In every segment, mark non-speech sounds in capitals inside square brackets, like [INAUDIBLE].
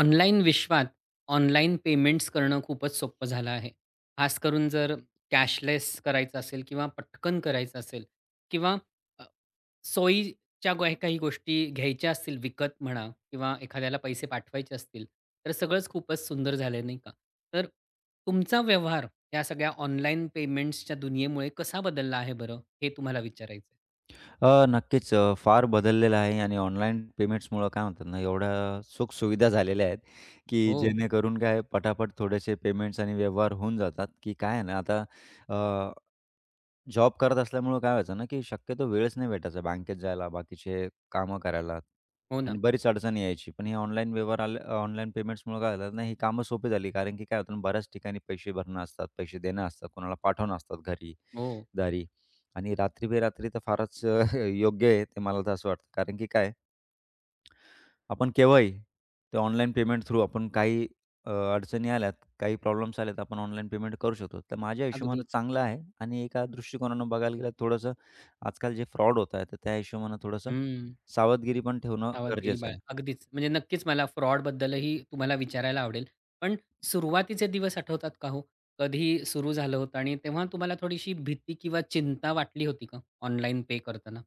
Online विश्वात online payments करणं खूपच सोपं झालं आहे. खास करून जर कॅशलेस करायचं असेल किंवा पटकन करायचं असेल किंवा अ, सोयीच्या काही गोष्टी घ्यायच्या असतील विकत म्हणा किंवा एखाद्याला पैसे पाठवायचे असतील, तर सगळंच खूपच सुंदर झालं नाही का? तर तुमचा व्यवहार या सगळ्या ऑनलाईन पेमेंट्सच्या दुनियेमुळे कसा बदलला आहे बरं? हे तुम्हाला विचारायचं नक्कीच फार बदललेलं आहे आणि ऑनलाईन पेमेंट्समुळं काय म्हणतात ना, एवढ्या सुखसुविधा झालेल्या आहेत, की हो. जेणेकरून काय पटापट थोडेसे पेमेंट्स आणि व्यवहार होऊन जातात, की काय आहे ना आता जॉब करत असल्यामुळं काय व्हायचं ना, की शक्यतो वेळच नाही भेटायचा बँकेत जायला, बाकीचे कामं करायला हो आणि ना. बरीच अडचण यायची. पण हे ऑनलाईन व्यवहार आले ऑनलाईन पेमेंट्समुळं काय झालं ना, ही कामं सोपी झाली. कारण की काय होतं ना, बऱ्याच ठिकाणी पैसे भरणं असतात, पैसे देणं असतात, कोणाला पाठवणं असतात घरी, हो. दारी आणि रात्री बेरात्री तर फारच [LAUGHS] योग्य आहे ते मला तर असं वाटतं. कारण की काय आपण केव्हाही ते ऑनलाईन पेमेंट थ्रू आपण काही अडचणी आल्यात, काही प्रॉब्लेम्स आल्यात, आपण ऑनलाईन पेमेंट करू शकतो. तर माझ्या हिशोबानं अगदी. चांगलं आहे आणि एका दृष्टिकोनानं बघायला गेलं थोडंसं आजकाल जे फ्रॉड होत आहे, तर त्या हिशोबानं थोडंसं हं. सावधगिरी पण ठेवणं सावधगिरी गरजेचं बाळगा. आहे. अगदीच. म्हणजे नक्कीच मला फ्रॉडबद्दलही तुम्हाला विचारायला आवडेल. पण सुरुवातीचे दिवस आठवतात का हो? कधी सुरू झालं होतं आणि तेव्हा तुम्हाला थोडीशी भीती किंवा चिंता वाटली होती का ऑनलाईन पे करताना?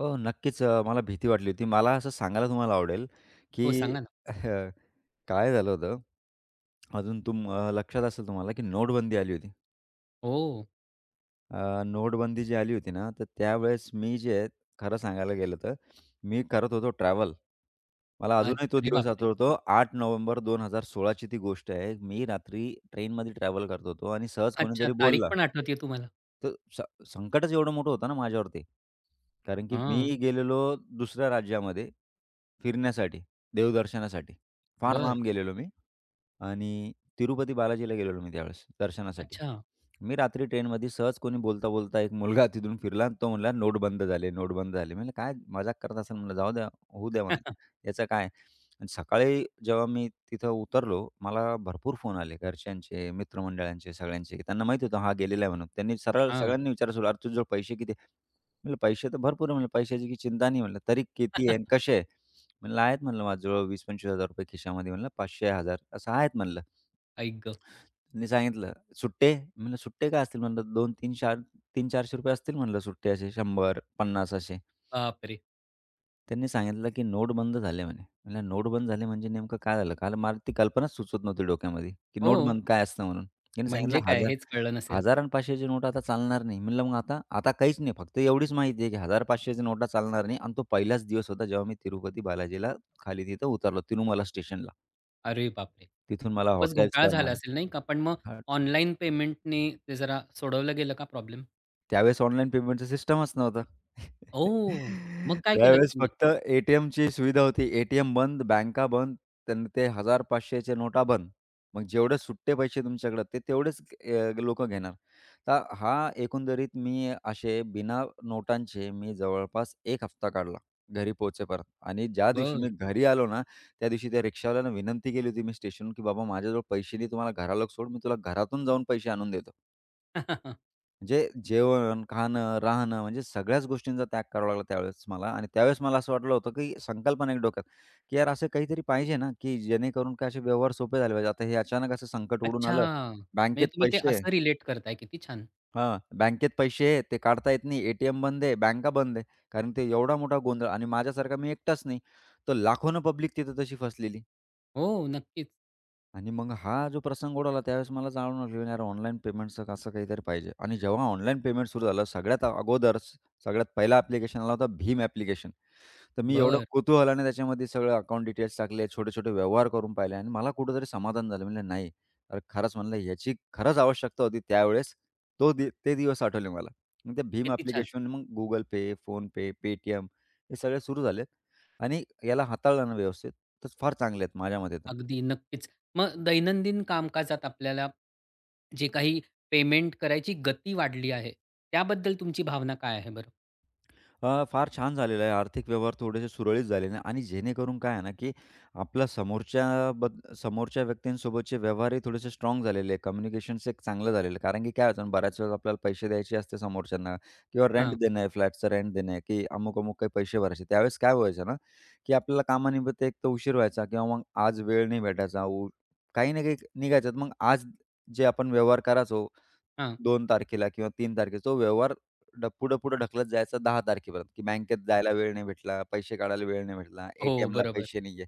हो, नक्कीच मला भीती वाटली होती. मला असं सांगायला तुम्हाला आवडेल, हो, की सांगा ना. [LAUGHS] काय झालं होतं, अजून लक्षात असेल तुम्हाला, की नोटबंदी आली होती. ओह! नोटबंदी जी आली होती ना, तर त्यावेळेस मी जे आहे, खरं सांगायला गेलं तर मी करत होतो ट्रॅव्हल. मला अ, अजूनही तो अरे दिवस बापरे! आठवतो. 8 नोव्हेंबर 2016 ची ती गोष्ट आहे. मी रात्री ट्रेनमध्ये ट्रॅव्हल करत होतो आणि सहज अच्छा, कोणीतरी तारीख बोलला. पण आठवतीये तुम्हाला? तर संकटच एवढं मोठं होतं ना माझ्यावरती. कारण की मी हां, गेलेलो दुसऱ्या राज्यामध्ये फिरण्यासाठी, देवदर्शनासाठी. फार बरं. लांब गेलेलो मी आणि तिरुपती बालाजीला गेलेलो मी त्यावेळेस दर्शनासाठी. अच्छा. मी रात्री ट्रेनमध्ये सहज कोणी बोलता, बोलता एक मुलगा [LAUGHS] तिथून फिरला आणि तो म्हणला, "नोट बंद झाले, नोट बंद झाले." म्हणलं, "काय मजाक करत असेल?" म्हणलं, "जाऊ द्या, होऊ द्या म्हणलं, [LAUGHS] याचं काय?" आणि सकाळी जेव्हा मी तिथं उतरलो, मला भरपूर फोन आले घरच्यांचे, मित्रमंडळांचे, सगळ्यांचे. त्यांना माहीत होतं हा गेलेला आहे म्हणून. त्यांनी सरळ हां. सगळ्यांनी विचारायला सुरू, "अरे, तुझ्याजवळ पैसे किती आहे?" म्हणलं, "पैसे तर भरपूर आहे." म्हणलं, "पैशाची काही चिंता नाही." म्हणलं, "तरी आई किती गं! आहे आणि [LAUGHS] कसे आहे?" म्हणलं, "आहेत म्हणलं माझ्याजवळ ₹20,000-25,000 खिशामध्ये." म्हणलं, "500, 1000 असं आहेत म्हणलं." त्यांनी सांगितलं, "सुट्टे?" म्हणलं, "सुट्टे काय असतील?" म्हणलं, "2, 3, 4 ₹300-400 असतील" म्हणलं सुट्टे असे 100-50 असे. बापरे! त्यांनी सांगितलं, की "नोट बंद झाले" म्हणे. म्हणलं, "नोट बंद झाले म्हणजे नेमकं काय झालं?" कारण मला ती कल्पनाच सुचत नव्हती डोक्यामध्ये, की नोट हो, बंद काय असतं म्हणून. त्यांनी सांगितलं, म्हणजे काय "हजार हेच कळलं नसेल. हजार आणि 500ची नोट आता चालणार नाही." म्हणलं, "मग आता?" "आता काहीच नाही. फक्त एवढीच माहिती आहे, की 1000-500च्या नोटा चालणार नाही." आणि तो पहिलाच दिवस होता जेव्हा मी तिरुपती बालाजीला खाली तिथं उतरलो, तिरुमला स्टेशनला. अरे बापरे! तिथून मला खूपच हॉटेल्स घोटाळा झाला करणं असेल नाही का? पण मग ऑनलाईन पेमेंटने ते जरा सोडवलं गेलं का प्रॉब्लेम? त्यावेळेस ऑनलाईन पेमेंटचं सिस्टमच नव्हतं. ओह! मग [LAUGHS] काय केलत त्यावेळेस तुम्ही? फक्त ए-टी-एमची सुविधा होती. ए-टी-एम बंद, बँका बंद, त्यांना ते 1000 500 च्या नोटा बंद. मग जेवढे सुट्टे पैसे तुमच्याकडे ते तेवढेच लोकं घेणार. तर हा एकंदरीत मी असे बिना नोटांचे मी जवळपास 1 हफ्ता काढला घरी पोहोचेपर्यंत आणि ज्या दिवशी बरं. मी घरी आलो ना, त्या दिवशी त्या रिक्षावाल्यानं विनंती केली होती मी स्टेशनहून, की "बाबा माझ्याजवळ पैसे नाही, तू घराला सोड, मी तुला घरातून जाऊन पैसे आणून देतो." [LAUGHS] म्हणजे जेवण, खाणं, राहणं म्हणजे सगळ्याच गोष्टींचा त्याग करावा लागला त्यावेळेस मला आणि त्यावेळेस मला असं वाटलं होतं, की संकल्पना एक डोक्यात, की यार असं काहीतरी पाहिजे ना, की जेणेकरून काय असे व्यवहार सोपे झाले पाहिजे. आता हे अचानक असं संकट उडून अच्छा. आलं. म्हणजे बँकेत तुम्ही ते पैसे असं रिलेट करताय. किती छान. हां, बँकेत पैसे आहे, ते काढता येत नाही. एटीएम बंद आहे, बँका बंद आहे. कारण ते एवढा मोठा गोंधळ आणि माझ्यासारखा मी एकटाच नाही. तर लाखोनं पब्लिक तिथं तशी फसलेली. हो, नक्कीच. आणि मग हा जो प्रसंग उडाला त्यावेळेस मला जाणून आलं, की "यार ऑनलाईन पेमेंटचं असं काहीतरी पाहिजे." आणि जेव्हा ऑनलाईन पेमेंट सुरू झालं, सगळ्यात अगोदर सगळ्यात पहिला ॲप्लिकेशन आला होता भीम ॲप्लिकेशन. तर मी एवढं बरं. कुतूहलाने त्याच्यामध्ये सगळं अकाउंट डिटेल्स टाकले, छोटे-छोटे व्यवहार करून पाहिले आणि मला कुठेतरी समाधान झालं. म्हणलं, "नाही, अरे खरंच म्हणलं याची खरंच आवश्यकता होती त्यावेळेस." तो दि ते दिवस आठवले मला. मग ते भीम किती छान. ॲप्लिकेशन मग Google Pay, PhonePe, Paytm हे सगळे सुरू झाले आणि याला हाताळलं ना व्यवस्थित, तर फार चांगले आहेत माझ्या मते तर. अगदी नक्कीच. मग दैनंदिन कामकाजात आपल्याला जे काही पेमेंट करायची गती वाढली आहे, त्याबद्दल तुमची भावना काय आहे बरं? फार छान झालेलं आहे. आर्थिक व्यवहार थोडेसे सुरळीत झालेले आहे आणि जेणेकरून काय आहे ना, की आपला समोरच्या व्यक्तींसोबतचे व्यवहारही थोडेसे स्ट्राँग झालेले आहे. कम्युनिकेशन्स एक चांगलं झालेलं आहे. कारण की काय होतं ना, बऱ्याच वेळेस आपल्याला पैसे द्यायचे असते समोरच्यांना किंवा रेंट हां, देणं आहे, फ्लॅटचं रेंट देणं आहे, की अमुक-अमुक काही पैसे भरायचे. त्यावेळेस काय व्हायचं ना, की आपल्याला कामानिमित्त एक तर उशीर व्हायचा किंवा मग आज वेळ नाही भेटायचा. काही ना काही निघायचं. मग आज जे आपण व्यवहार करायचो हां. 2 तारखेला किंवा 3 तारखेला तो व्यवहार पुढं-पुढं ढकलत जायचा 10 तारखेपर्यंत, की बँकेत जायला वेळ नाही भेटला, पैसे काढायला वेळ नाही भेटला, हो, ए-टी-एमला बरोबर. पैसे नाहीये.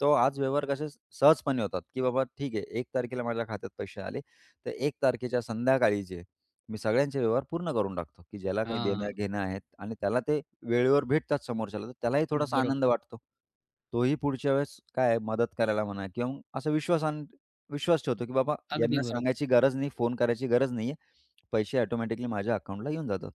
तो आज व्यवहार कसे सहजपणे होतात, की बाबा ठीक आहे 1 तारखेला माझ्या खात्यात पैसे आले, तर 1 तारखेच्या संध्याकाळी जे मी सगळ्यांचे व्यवहार पूर्ण करून टाकतो, की ज्याला काही हां, देणं-घेणं आहेत आणि त्याला ते वेळेवर भेटतात समोरच्याला, तर त्यालाही थोडासा आनंद बरोबर. वाटतो. तोही पुढच्या वेळेस काय आहे मदत करायला म्हणा किंवा मग असा विश्वास ठेवतो, की बाबा अगदी यांना बरोबर. सांगायची गरज नाही, फोन करायची गरज नाहीये. पैसे ऑटोमॅटिकली माझ्या अकाउंटला येऊन जातात.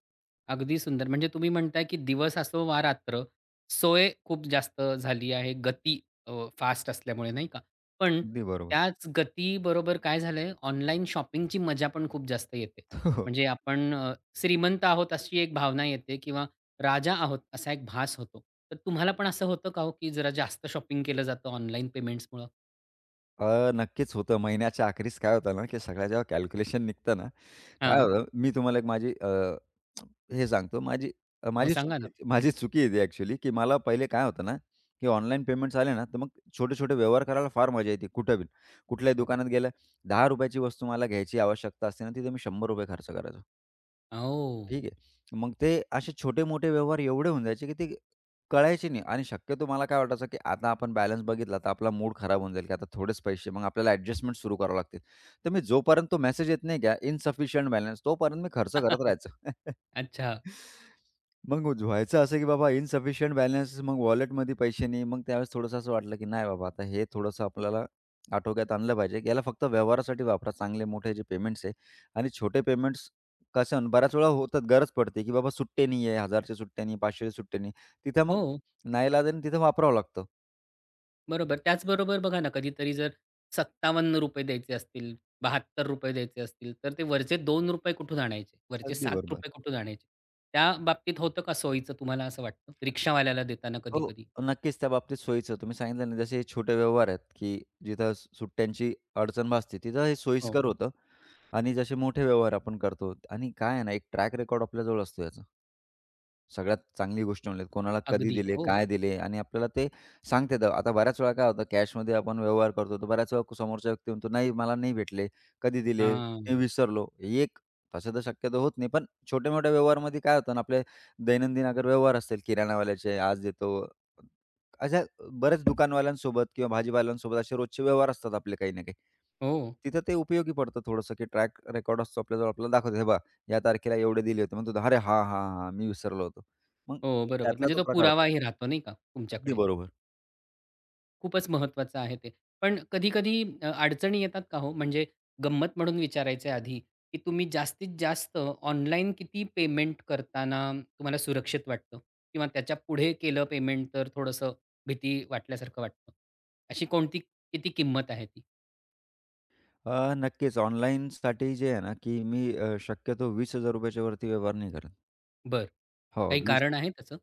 अगदी सुंदर. म्हणजे तुम्ही म्हणताय, की दिवस असो वा रात्र, सोय खूप जास्त झाली आहे. गती अ, फास्ट असल्यामुळे नाही का? पण अगदी बरोबर. त्याच गती बरोबर काय झालंय, ऑनलाईन शॉपिंगची मजा पण खूप जास्त येते. [LAUGHS] हो. म्हणजे आपण श्रीमंत आहोत अशी एक भावना येते किंवा राजा आहोत असा एक भास होतो. तर तुम्हाला पण असं होतं का हो, की जरा जास्त शॉपिंग केलं जातं ऑनलाईन पेमेंट्समुळं? नक्कीच होतं. महिन्याच्या अखेरीस काय होतं ना, की सगळ्या जेव्हा कॅल्क्युलेशन निघतं ना, काय हां. होतं मी तुम्हाला हे सांगतो हो, सांगा ना. माझी चुकी आहे ती ॲक्चुअली, की मला पहिले काय होतं ना, की ऑनलाईन पेमेंट्स आले ना, तर मग छोटे-छोटे व्यवहार करायला फार मजा येते कुठं बी. कुठल्याही हो. दुकानात गेलं ₹10 ची वस्तू मला घ्यायची आवश्यकता असते ना, तिथे मी ₹100 खर्च करायचो. हो. ठीक आहे. मग ते असे छोटे-मोठे व्यवहार एवढे होऊन जायचे, की ते कळायचे नाही आणि शक्यतो मला काय वाटायचं, की आता आपण बॅलन्स बघितला, तर आपला मूड खराब होऊन जाईल, की आता थोडेच पैसे मग आपल्याला ॲडजस्टमेंट सुरू करावं लागतील. तर मी जोपर्यंत तो मेसेज येत नाही का इन्सफिशियंट बॅलन्स तोपर्यंत मी खर्च करत [LAUGHS] राहायचो. [LAUGHS] अच्छा. मग व्हायचं असं, की बाबा इन्सफिशियंट बॅलन्स मग वॉलेटमध्ये पैसे नाही. मग त्यावेळेस थोडंसं असं वाटलं, की नाही बाबा आता हे थोडंसं आपल्याला आटोक्यात आणलं पाहिजे. याला फक्त व्यवहारासाठी वापरा. चांगले मोठे जे पेमेंट्स आहे आणि छोटे पेमेंट्स कसं आहे ना, बऱ्याच वेळा होतात, गरज पडते, की बाबा सुट्टे नाही आहे, 1000 सुट्टे नाही, 500 सुट्टे नाही. तिथं मग हो. नाईलाजाने तिथं वापरावं लागतं. बरोबर. त्याचबरोबर बघा ना, कधीतरी जर ₹57 द्यायचे असतील, ₹72 द्यायचे असतील, तर ते वरचे ₹2 कुठून आणायचे? वरचे अगदी बरोबर. ₹7 कुठून आणायचे? त्या बाबतीत होतं का सोयीचं तुम्हाला असं वाटतं? रिक्षावाल्याला देताना हो, कधी-कधी? नक्कीच त्या बाबतीत सोयीचं. तुम्ही सांगितलं ना, जसे हे छोटे व्यवहार आहेत, की जिथं सुट्ट्यांची अडचण भासते, तिथं हे हो. सोयीस्कर होतं. आणि जसे मोठे व्यवहार आपण करतो आणि काय आहे ना एक ट्रॅक रेकॉर्ड आपल्याजवळ असतो याचा. सगळ्यात चांगली गोष्ट म्हणजे कोणाला कधी अगदी. दिले, हो. काय दिले आणि आपल्याला ते सांगता येतं. आता बऱ्याच वेळा काय होतं कॅशमध्ये आपण व्यवहार करतो, तर बऱ्याच वेळा समोरचा व्यक्ती म्हणतो, "नाही, मला नाही भेटले. कधी दिले? मी हां. विसरलो." हे एक तसं तर शक्यतो होत नाही, पण छोट्या-मोठ्या व्यवहारामध्ये काय होतं ना, आपले दैनंदिन अगर व्यवहार असतील किराणावाल्याचे आज देतो, अशा बऱ्याच दुकानवाल्यांसोबत किंवा भाजीवाल्यांसोबत असे रोजचे व्यवहार असतात आपले काही ना काही. हो, तिथं ते उपयोगी पडतं थोडंसं, की ट्रॅक रेकॉर्ड असतो आपल्याजवळ. आपल्याला दाखवतो, "हे पहा, या तारखेला एवढे दिले होते." मग तो, "अरे! हां, हां, हां, मी विसरलो होतो." मग हो. बरोबर. त्यातला म्हणजे तो तो प्रकार होतो. पुरावाही राहतो नाही का अगदी तुमच्याकडे? बरोबर. खूपच महत्त्वाचं आहे ते. पण कधी-कधी अडचणी येतात का हो? म्हणजे गंमत म्हणून विचारायचं आधी, की तुम्ही जास्तीत जास्त ऑनलाईन किती पेमेंट करताना तुम्हाला सुरक्षित वाटतं? किंवा त्याच्या पुढे केलं पेमेंट तर थोडंसं भीती वाटल्यासारखं वाटतं? अशी कोणती किती किंमत आहे ती? नक्कीच ऑनलाईनसाठी जे आहे ना, की मी शक्यतो ₹20,000 च्या वरती व्यवहार नाही करत. बरं. हो, काही 20 कारण आहे त्याचं?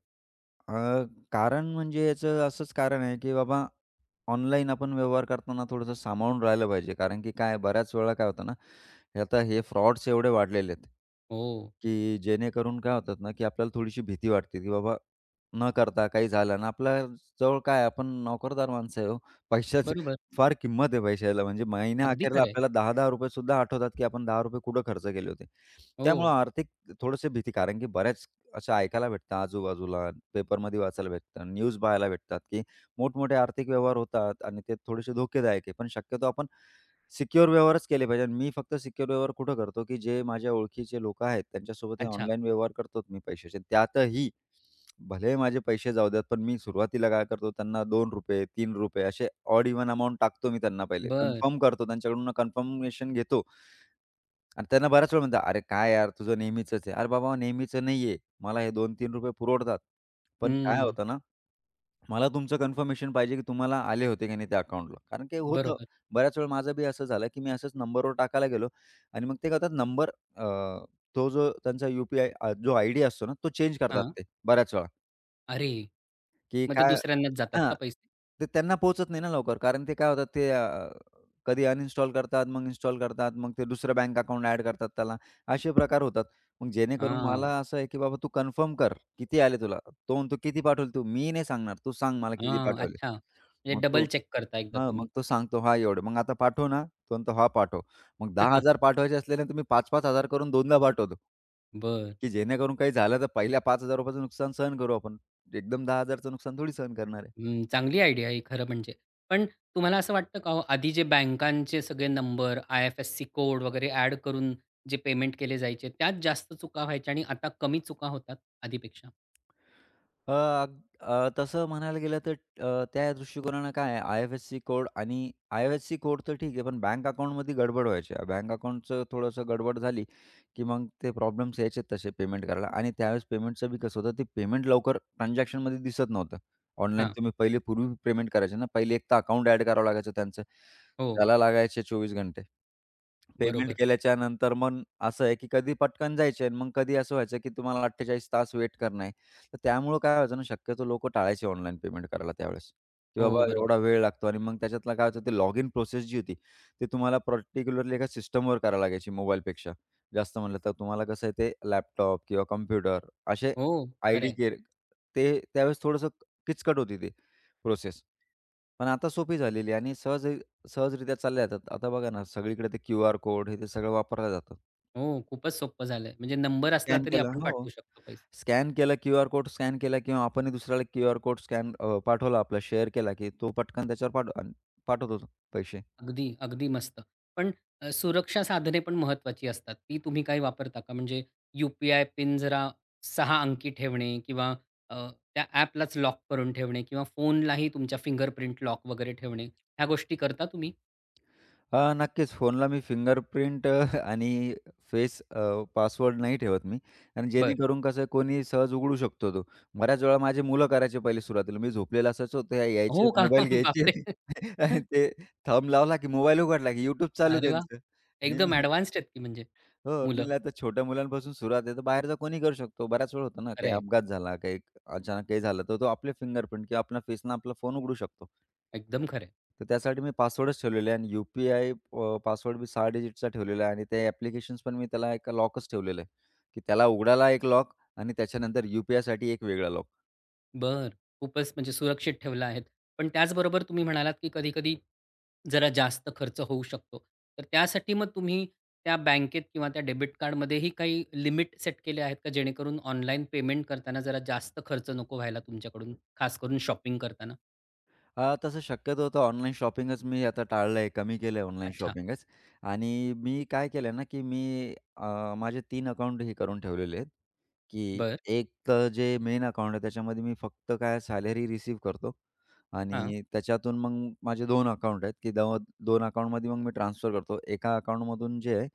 अ, कारण म्हणजे याचं असंच कारण आहे, की बाबा ऑनलाईन आपण व्यवहार करताना थोडंसं सांभाळून राहिलं पाहिजे. कारण की काय बऱ्याच वेळा काय होतं ना, हे आता हे फ्रॉड्स एवढे वाढलेले आहेत, हो. की जेणेकरून काय होतात ना, की आपल्याला थोडीशी भीती वाटते, की बाबा न करता काही झालं आणि आपल्या जवळ काय आपण नोकरदार माणसं आहे हो. पैशाची [LAUGHS] बरोबर. फार किंमत आहे पैशाला. म्हणजे महिन्या अगदी अखेरला खरं आहे. आपल्याला ₹10-10 सुद्धा आठवतात, की आपण ₹10 कुठं खर्च केले होते. हो. त्यामुळं आर्थिक थोडंसं भीती कारण की बऱ्याच अशा ऐकायला भेटतात आजूबाजूला, पेपरमध्ये वाचायला भेटतात, न्यूज पाहायला भेटतात, की मोठमोठे आर्थिक व्यवहार होतात आणि ते थोडेसे धोकेदायक आहे. पण शक्यतो आपण सिक्युअर व्यवहारच केले पाहिजे आणि मी फक्त सिक्युअर व्यवहार कुठं करतो, की जे माझ्या ओळखीचे लोकं आहेत, त्यांच्यासोबत हे अच्छा. ऑनलाईन व्यवहार करतोच मी पैशाचे. त्यातही भले माझे पैसे जाऊ द्यात, पण मी सुरुवातीला काय करतो, त्यांना ₹2, ₹3 असे ऑड इव्हन अमाउंट टाकतो मी त्यांना पहिले. बरं. कन्फर्म करतो त्यांच्याकडून कन्फर्मेशन घेतो. आणि त्यांना बऱ्याच वेळा म्हणतात, "अरे काय यार तुझं नेहमीचंच आहे." "अरे बाबा नेहमीचं नाहीये. मला हे ₹2-3 पुरवडतात." पण काय हं. होतं ना, मला तुमचं कन्फर्मेशन पाहिजे की तुम्हाला आले होते की नाही त्या अकाउंटला. कारण की होतं बरोबर. बऱ्याच वेळा माझं बी असं झालं की मी असंच नंबरवर टाकायला गेलो आणि मग ते करतात नंबर तो जो त्यांचा यू पी जो आयडी असतो ना, तो चेंज करतात हां. ते बऱ्याच वेळा. अरे! की मग ते काय दुसऱ्यांनाच जातात हां. का पैसे? ते त्यांना पोहचत नाही ना लवकर. कारण ते काय होतात ते कधी अनइन्स्टॉल करतात, मग इन्स्टॉल करतात, मग ते दुसरं बँक अकाउंट ॲड करतात त्याला. असे प्रकार होतात. मग जेणेकरून हां. मला असं आहे की बाबा तू कन्फर्म कर, किती आले तुला? तो म्हणतो, "किती पाठवले तू?" "मी नाही सांगणार, तू सांग मला किती हां, पाठवले." अच्छा. म्हणजे मग तो डबल चेक करता एकदा हां, तुम्ही. मग तो सांगतो, "हा एवढे." मग आता पाठव ना, तो म्हणतो, "हा पाठव." मग 10,000 [LAUGHS] पाठवायचे असले ना, तर मी 5-5,000 करून दोनदा पाठवतो, बरं. की जेणेकरून काही झालं तर पहिल्या 5,000 रुपयाचं नुकसान सहन करू आपण. एकदम 10,000चं नुकसान थोडी सहन करणार आहे. हं, चांगली आयडिया आहे ही खरं म्हणजे. पण तुम्हाला असं वाटतं का हो, आधी जे बँकांचे सगळे नंबर, आय-एफ-एस-सी कोड वगैरे ॲड करून जे पेमेंट केले जायचे, त्यात जास्त चुका व्हायच्या आणि आता कमी चुका होतात आधीपेक्षा? अ, अग तसं म्हणायला गेलं तर त्या दृष्टिकोनानं काय आहे, आय-एफ-एस-सी कोड तर ठीक आहे, पण बँक अकाउंटमध्ये गडबड व्हायची. बँक अकाउंटचं थोडंसं गडबड झाली, की मग ते प्रॉब्लेम्स यायचे तसे पेमेंट करायला आणि त्यावेळेस पेमेंटचं बी कसं होतं, ते पेमेंट लवकर ट्रान्झॅक्शनमध्ये दिसत नव्हतं. ऑनलाईन हां. तुम्ही पहिले पूर्वी पेमेंट करायचे ना, पहिले एक तर अकाउंट ॲड करावं लागायचं त्यांचं. हो, त्याला लागायचे 24 घंटे. पेमेंट बरोबर. केल्याच्या नंतर मग असं आहे, की कधी पटकन जायचे आणि मग कधी असं व्हायचं, की तुम्हाला 48 तास वेट करणं. तर त्यामुळं काय व्हायचं ना, शक्यतो लोकं टाळायचे ऑनलाईन पेमेंट करायला त्यावेळेस, की बाबा हो, बरोबर. एवढा वेळ लागतो आणि मग त्याच्यातला काय व्हायचं ते लॉगिन प्रोसेस जी होती, ती तुम्हाला पर्टिक्युलरली एका सिस्टमवर करावी लागायची मोबाईलपेक्षा. जास्त म्हटलं तर तुम्हाला कसं आहे ते लॅपटॉप किंवा कॉम्प्युटर असे हो, आयडी खरं केअर ते त्यावेळेस थोडंसं किचकट होती ती प्रोसेस. पण आता सोपी झालेली आहे आणि सहजरित्या चालल्या जातात. आता बघा ना, सगळीकडे ते क्यूआर कोड हे ते सगळं वापरलं जातं. हो, खूपच सोपं झालंय. म्हणजे नंबर असला स्कॅन तरी केलं आपण हो. पाठवू शकतो पैसे. स्कॅन केला क्यूआर कोड स्कॅन केला किंवा आपणही दुसऱ्याला क्यूआर कोड स्कॅन पाठवला आपला शेअर केला, की तो पटकन त्याच्यावर पाठवतो तो पैसे. अगदी, अगदी मस्त. पण सुरक्षा साधने पण महत्त्वाची असतात. ती तुम्ही काही वापरता का? म्हणजे यू आय पिन जरा सहा अंकी ठेवणे किंवा अ, त्या ॲपलाच लॉक करून ठेवणे किंवा फोनलाही तुमच्या फिंगरप्रिंट लॉक वगैरे ठेवणे, ह्या गोष्टी करता तुम्ही? नक्कीच फोनला मी फिंगरप्रिंट आणि फेस पासवर्ड नाही ठेवत मी. आणि बरं. जेणेकरून कसं कोणी सहज उघडू शकतो तो. बऱ्याच वेळा माझी मुलं करायचे पहिले सुरुवातीला. मी झोपलेला असायचो ते यायचे हो का? मोबाईल [LAUGHS] घ्यायचे. बापरे! [LAUGHS] आणि ते थंब लावला की मोबाईल उघडला की YouTube चालू अरे वाह! त्यांचं. एकदम ॲडवान्स्ड आहेत की म्हणजे हो, मी मुलं. म्हणलं आता छोट्या मुलांपासून सुरुवात आहे, तर बाहेरचा कोणी करू शकतो. बऱ्याच वेळ होतं ना, काही खरं अपघात झाला, काही अचानक काही झालं, तर तो आपले फिंगरप्रिंट किंवा आपल्या फेसनं आपला फोन उघडू शकतो. एकदम खरं तर त्यासाठी मी पासवर्डच ठेवलेले आहे आणि यू-पी-आय पासवर्ड मी 6 डिजिटचा ठेवलेला आहे आणि ते ॲप्लिकेशन्स पण मी त्याला एका लॉकच ठेवलेलं आहे, की त्याला उघडायला एक लॉक आणि त्याच्यानंतर यू-पी-आयसाठी एक वेगळा लॉक. बर खूपच म्हणजे सुरक्षित ठेवलं आहेत. पण त्याचबरोबर तुम्ही म्हणालात, की कधी-कधी जरा जास्त खर्च होऊ शकतो. तर त्यासाठी मग तुम्ही त्या बँकेत किंवा त्या डेबिट कार्डमध्येही काही लिमिट सेट केले आहेत का? जेणेकरून ऑनलाईन पेमेंट करताना जरा जास्त खर्च नको व्हायला तुमच्याकडून, खास करून शॉपिंग करताना? तसं शक्यतो तर ऑनलाईन शॉपिंगच मी आता टाळलं आहे, कमी केलं आहे ऑनलाईन अच्छा. शॉपिंगच. आणि मी काय केलं आहे ना, की मी माझे 3 अकाउंट हे करून ठेवलेले आहेत, की बरं. एक तर जे मेन अकाउंट आहे त्याच्यामध्ये मी फक्त काय सॅलरी रिसीव्ह करतो हां, आणि त्याच्यातून मग माझे 2 अकाउंट आहेत, की 2 अकाउंटमध्ये मग मी ट्रान्सफर करतो. एका अकाउंटमधून जे आहे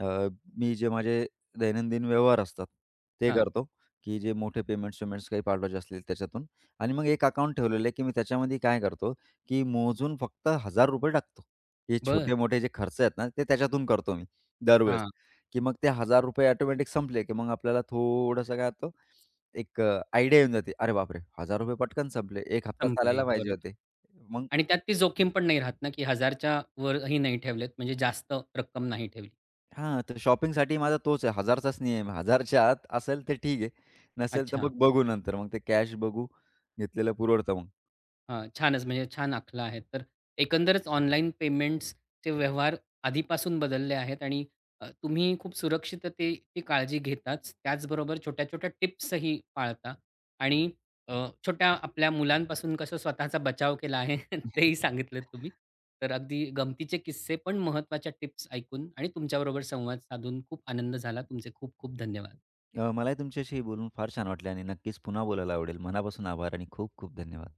अ, मी जे माझे दैनंदिन व्यवहार असतात, ते हां. करतो, की जे मोठे पेमेंट्स-वेमेंट्स काही पाठवायचे असतील त्याच्यातून. आणि मग एक अकाउंट ठेवलेलं आहे, की मी त्याच्यामध्ये काय करतो, की मोजून फक्त ₹1000 टाकतो. हे बरं. छोटे-मोठे जे खर्च आहेत ना, ते त्याच्यातून करतो मी दरवेळेस, हां. की मग ते ₹1000 ऑटोमॅटिक संपले, की मग आपल्याला थोडंसं काय होतं, एक आयडिया येऊन जाते. अरे बापरे! ₹1000 पटकन संपले. 1 हप्ता संपले. चालायला पाहिजे बरोबर. होते. मग आणि त्यात ती जोखीम पण नाही राहत ना, की 1000च्या वरही नाही ठेवलेत म्हणजे जास्त रक्कम नाही ठेवली. हां, तर शॉपिंगसाठी माझा तोच आहे. 1,000चाच नियम आहे. 1,000च्या आत असेल तर ठीक आहे, नसेल तर अच्छा. मग बघू नंतर. मग ते कॅश बघू, घेतलेलं पुरवडतं मग. हां, छानच म्हणजे छान आखलं आहे. तर एकंदरच ऑनलाईन पेमेंट्सचे व्यवहार आधीपासून बदलले आहेत आणि तुम्ही खूप सुरक्षिततेची काळजी घेताच. त्याचबरोबर छोट्या-छोट्या टिप्सही पाळता आणि अ, छोट्या आपल्या मुलांपासून कसं स्वतःचा बचाव केला आहे [LAUGHS] तेही सांगितलेत तुम्ही. तर अगदी गमतीचे किस्से पण महत्त्वाच्या टिप्स ऐकून आणि तुमच्याबरोबर संवाद साधून खूप आनंद झाला. तुमचे खूप खूप धन्यवाद. मलाही तुमच्याशी बोलून फार छान वाटले आणि नक्कीच पुन्हा बोलायला आवडेल. मनापासून आभार आणि खूप खूप धन्यवाद.